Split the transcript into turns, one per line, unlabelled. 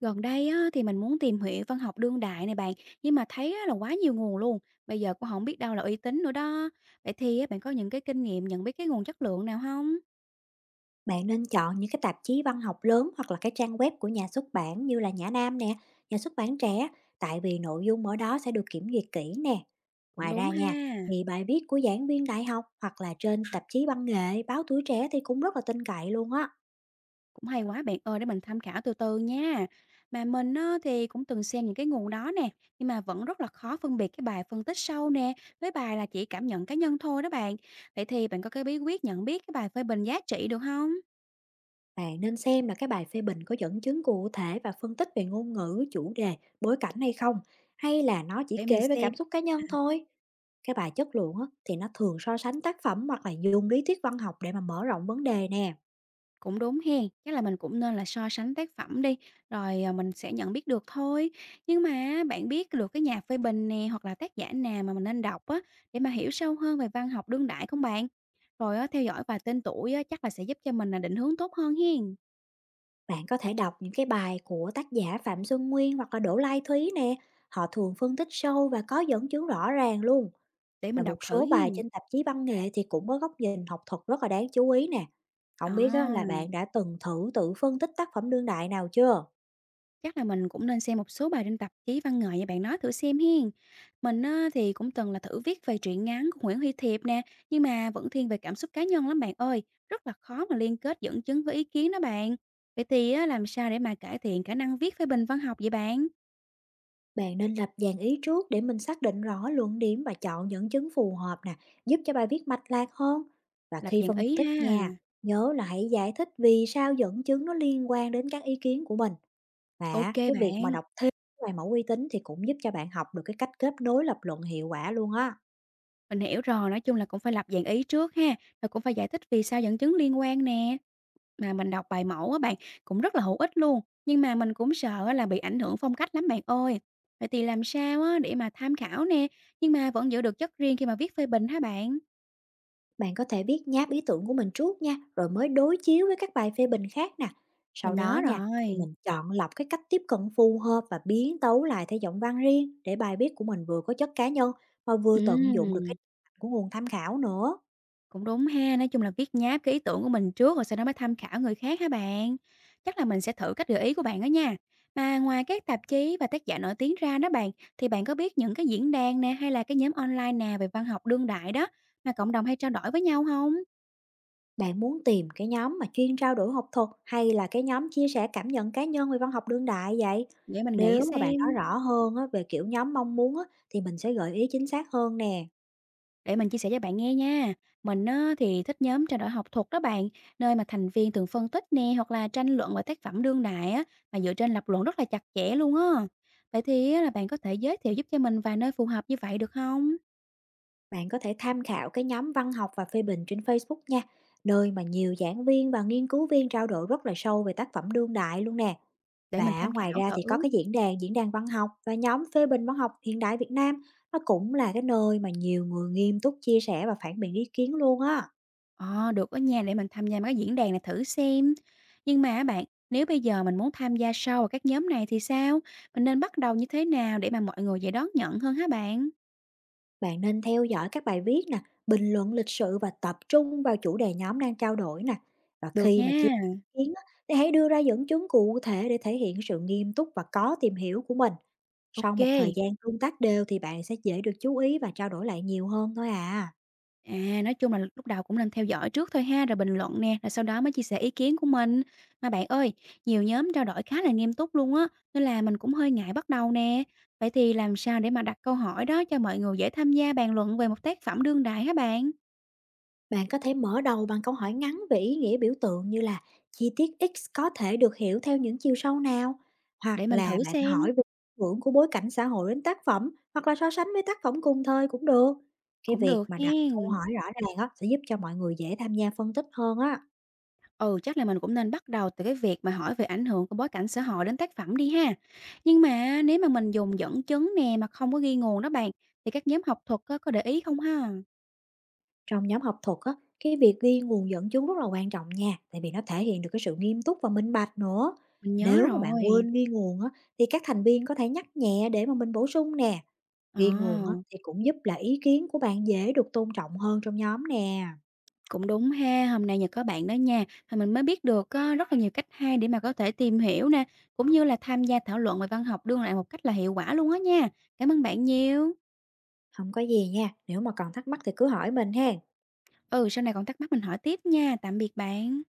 Gần đây á, thì mình muốn tìm hiểu văn học đương đại này bạn, nhưng mà thấy á, là quá nhiều nguồn luôn. Bây giờ cũng không biết đâu là uy tín nữa đó. Vậy thì á, bạn có những cái kinh nghiệm nhận biết cái nguồn chất lượng nào không?
Bạn nên chọn những cái tạp chí văn học lớn hoặc là cái trang web của nhà xuất bản như là Nhã Nam nè, nhà xuất bản trẻ, tại vì nội dung ở đó sẽ được kiểm duyệt kỹ nè.
Cũng
Ngoài
đúng
ra
ha.
nha, thì bài viết của giảng viên đại học hoặc là trên tạp chí văn nghệ, báo tuổi trẻ thì cũng rất là tin cậy luôn á.
Cũng hay quá bạn ơi, để mình tham khảo từ từ nha. Mà mình á, thì cũng từng xem những cái nguồn đó nè, nhưng mà vẫn rất là khó phân biệt cái bài phân tích sâu nè, với bài là chỉ cảm nhận cá nhân thôi đó bạn. Vậy thì bạn có cái bí quyết nhận biết cái bài phê bình giá trị được không?
Bạn nên xem là cái bài phê bình có dẫn chứng cụ thể và phân tích về ngôn ngữ, chủ đề, bối cảnh hay không, hay là nó chỉ
Để mình
kể về
xem.
cảm xúc cá nhân thôi. Cái bài chất lượng á, thì nó thường so sánh tác phẩm hoặc là dùng lý thuyết văn học để mà mở rộng vấn đề nè.
Cũng đúng hen, chắc là mình cũng nên là so sánh tác phẩm đi, rồi, à, mình sẽ nhận biết được thôi. Nhưng mà bạn biết được cái nhà phê bình nè, hoặc là tác giả nào mà mình nên đọc á, để mà hiểu sâu hơn về văn học đương đại không bạn? Rồi á, theo dõi vài tên tuổi á, chắc là sẽ giúp cho mình là định hướng tốt hơn hen,
Bạn có thể đọc những cái bài của tác giả Phạm Xuân Nguyên hoặc là Đỗ Lai Thúy nè. Họ thường phân tích sâu và có dẫn chứng rõ ràng luôn.
để
Và
mình
một
đọc thử
số bài
hen.
trên tạp chí văn nghệ thì cũng có góc nhìn học thuật rất là đáng chú ý nè.
À.
Không biết á, là bạn đã từng thử tự phân tích tác phẩm đương đại nào chưa?
Chắc là mình cũng nên xem một số bài trên tạp chí văn nghệ như bạn nói thử xem hiên. Mình á, thì cũng từng là thử viết về truyện ngắn của Nguyễn Huy Thiệp nè, nhưng mà vẫn thiên về cảm xúc cá nhân lắm bạn ơi, rất là khó mà liên kết dẫn chứng với ý kiến đó bạn. Vậy thì á, làm sao để mà cải thiện khả năng viết phê bình văn học vậy bạn?
Bạn nên lập dàn ý trước để mình xác định rõ luận điểm và chọn dẫn chứng phù hợp nè, giúp cho bài viết mạch lạc hơn. Và
Lập
khi
dàn
phân
ý
tích
ha.
nha, nhớ là hãy giải thích vì sao dẫn chứng nó liên quan đến các ý kiến của mình. Và
Ok
á, cái việc mà
bạn.
đọc thêm các bài mẫu uy tín thì cũng giúp cho bạn học được cái cách kết nối lập luận hiệu quả luôn á.
Mình hiểu rồi, nói chung là cũng phải lập dạng ý trước ha, rồi cũng phải giải thích vì sao dẫn chứng liên quan nè. Mà mình đọc bài mẫu á bạn, cũng rất là hữu ích luôn, nhưng mà mình cũng sợ á là bị ảnh hưởng phong cách lắm bạn ơi. Vậy thì làm sao á để mà tham khảo nè, nhưng mà vẫn giữ được chất riêng khi mà viết phê bình hả bạn?
Bạn có thể viết nháp ý tưởng của mình trước nha, rồi mới đối chiếu với các bài phê bình khác nè.
Mình
Sau đó
nhớ
nha, thì
rồi.
mình chọn lọc cái cách tiếp cận phù hợp và biến tấu lại theo giọng văn riêng để bài viết của mình vừa có chất cá nhân mà vừa tận dụng được cái
Ừm.
của nguồn tham khảo nữa.
Cũng đúng ha, nói chung là viết nháp cái ý tưởng của mình trước rồi sau đó mới tham khảo người khác hả bạn? Chắc là mình sẽ thử cách gợi ý của bạn đó nha. Mà ngoài các tạp chí và tác giả nổi tiếng ra đó bạn, thì bạn có biết những cái diễn đàn nè hay là cái nhóm online nào về văn học đương đại đó mà cộng đồng hay trao đổi với nhau không?
Bạn muốn tìm cái nhóm mà chuyên trao đổi học thuật hay là cái nhóm chia sẻ cảm nhận cá nhân về văn học đương đại vậy?
Để mình nghĩ
Nếu mà bạn nói
xem.
rõ hơn á, về kiểu nhóm mong muốn á, thì mình sẽ gợi ý chính xác hơn nè.
Để mình chia sẻ cho bạn nghe nha. Mình á, thì thích nhóm trao đổi học thuật đó bạn, nơi mà thành viên thường phân tích nè hoặc là tranh luận về tác phẩm đương đại á, mà dựa trên lập luận rất là chặt chẽ luôn á. Vậy thì á, là bạn có thể giới thiệu giúp cho mình vài nơi phù hợp như vậy được không?
Bạn có thể tham khảo cái nhóm văn học và phê bình trên Facebook nha, nơi mà nhiều giảng viên và nghiên cứu viên trao đổi rất là sâu về tác phẩm đương đại luôn nè.
Để mình
Và
tham
ngoài
khảo
ra thì có
thử.
cái diễn đàn văn học và nhóm phê bình văn học hiện đại Việt Nam. Nó cũng là cái nơi mà nhiều người nghiêm túc chia sẻ và phản biện ý kiến luôn á.
Ờ, được đó nha, để mình tham gia mấy cái diễn đàn này thử xem. Nhưng mà á bạn, nếu bây giờ mình muốn tham gia sâu vào các nhóm này thì sao? Mình nên bắt đầu như thế nào để mà mọi người dễ đón nhận hơn hả bạn?
Bạn nên theo dõi các bài viết nè, bình luận lịch sự và tập trung vào chủ đề nhóm đang trao đổi nè. Và
Được
khi mà chia
nha,
sẻ ý kiến á, thì hãy đưa ra dẫn chứng cụ thể để thể hiện sự nghiêm túc và có tìm hiểu của mình. Sau một thời
ok.
gian tương tác đều thì bạn sẽ dễ được chú ý và trao đổi lại nhiều hơn thôi à.
À, nói chung là lúc đầu cũng nên theo dõi trước thôi ha, rồi bình luận nè, rồi sau đó mới chia sẻ ý kiến của mình. Mà bạn ơi, nhiều nhóm trao đổi khá là nghiêm túc luôn á, nên là mình cũng hơi ngại bắt đầu nè. Vậy thì làm sao để mà đặt câu hỏi đó cho mọi người dễ tham gia bàn luận về một tác phẩm đương đại hả bạn?
Bạn có thể mở đầu bằng câu hỏi ngắn về ý nghĩa biểu tượng như là chi tiết X có thể được hiểu theo những chiều sâu nào, hoặc
Để mình
là
thử
bạn
xem,
hỏi về ảnh hưởng của bối cảnh xã hội đến tác phẩm, hoặc là so sánh với tác phẩm cùng thời cũng được. Cái
cũng
việc
được
mà đặt câu
hen.
hỏi rõ ràng á, sẽ giúp cho mọi người dễ tham gia phân tích hơn á.
Ừ, chắc là mình cũng nên bắt đầu từ cái việc mà hỏi về ảnh hưởng của bối cảnh xã hội đến tác phẩm đi ha. Nhưng mà nếu mà mình dùng dẫn chứng nè mà không có ghi nguồn đó bạn, thì các nhóm học thuật có để ý không ha?
Trong nhóm học thuật á, cái việc ghi nguồn dẫn chứng rất là quan trọng nha, tại vì nó thể hiện được cái sự nghiêm túc và minh bạch nữa.
Mình nhớ
Nếu mà bạn
rồi.
quên ghi nguồn á, thì các thành viên có thể nhắc nhẹ để mà mình bổ sung nè.
Ờ,
Ghi nguồn á, thì cũng giúp là ý kiến của bạn dễ được tôn trọng hơn trong nhóm nè.
cũng đúng ha. Hôm nay nhờ có bạn đó nha, mà mình mới biết được á, rất là nhiều cách hay để mà có thể tìm hiểu nè, cũng như là tham gia thảo luận về văn học đương đại một cách là hiệu quả luôn á nha. Cảm ơn bạn nhiều.
Không có gì nha, nếu mà còn thắc mắc thì cứ hỏi mình ha.
Ừ, sau này còn thắc mắc mình hỏi tiếp nha. Tạm biệt bạn.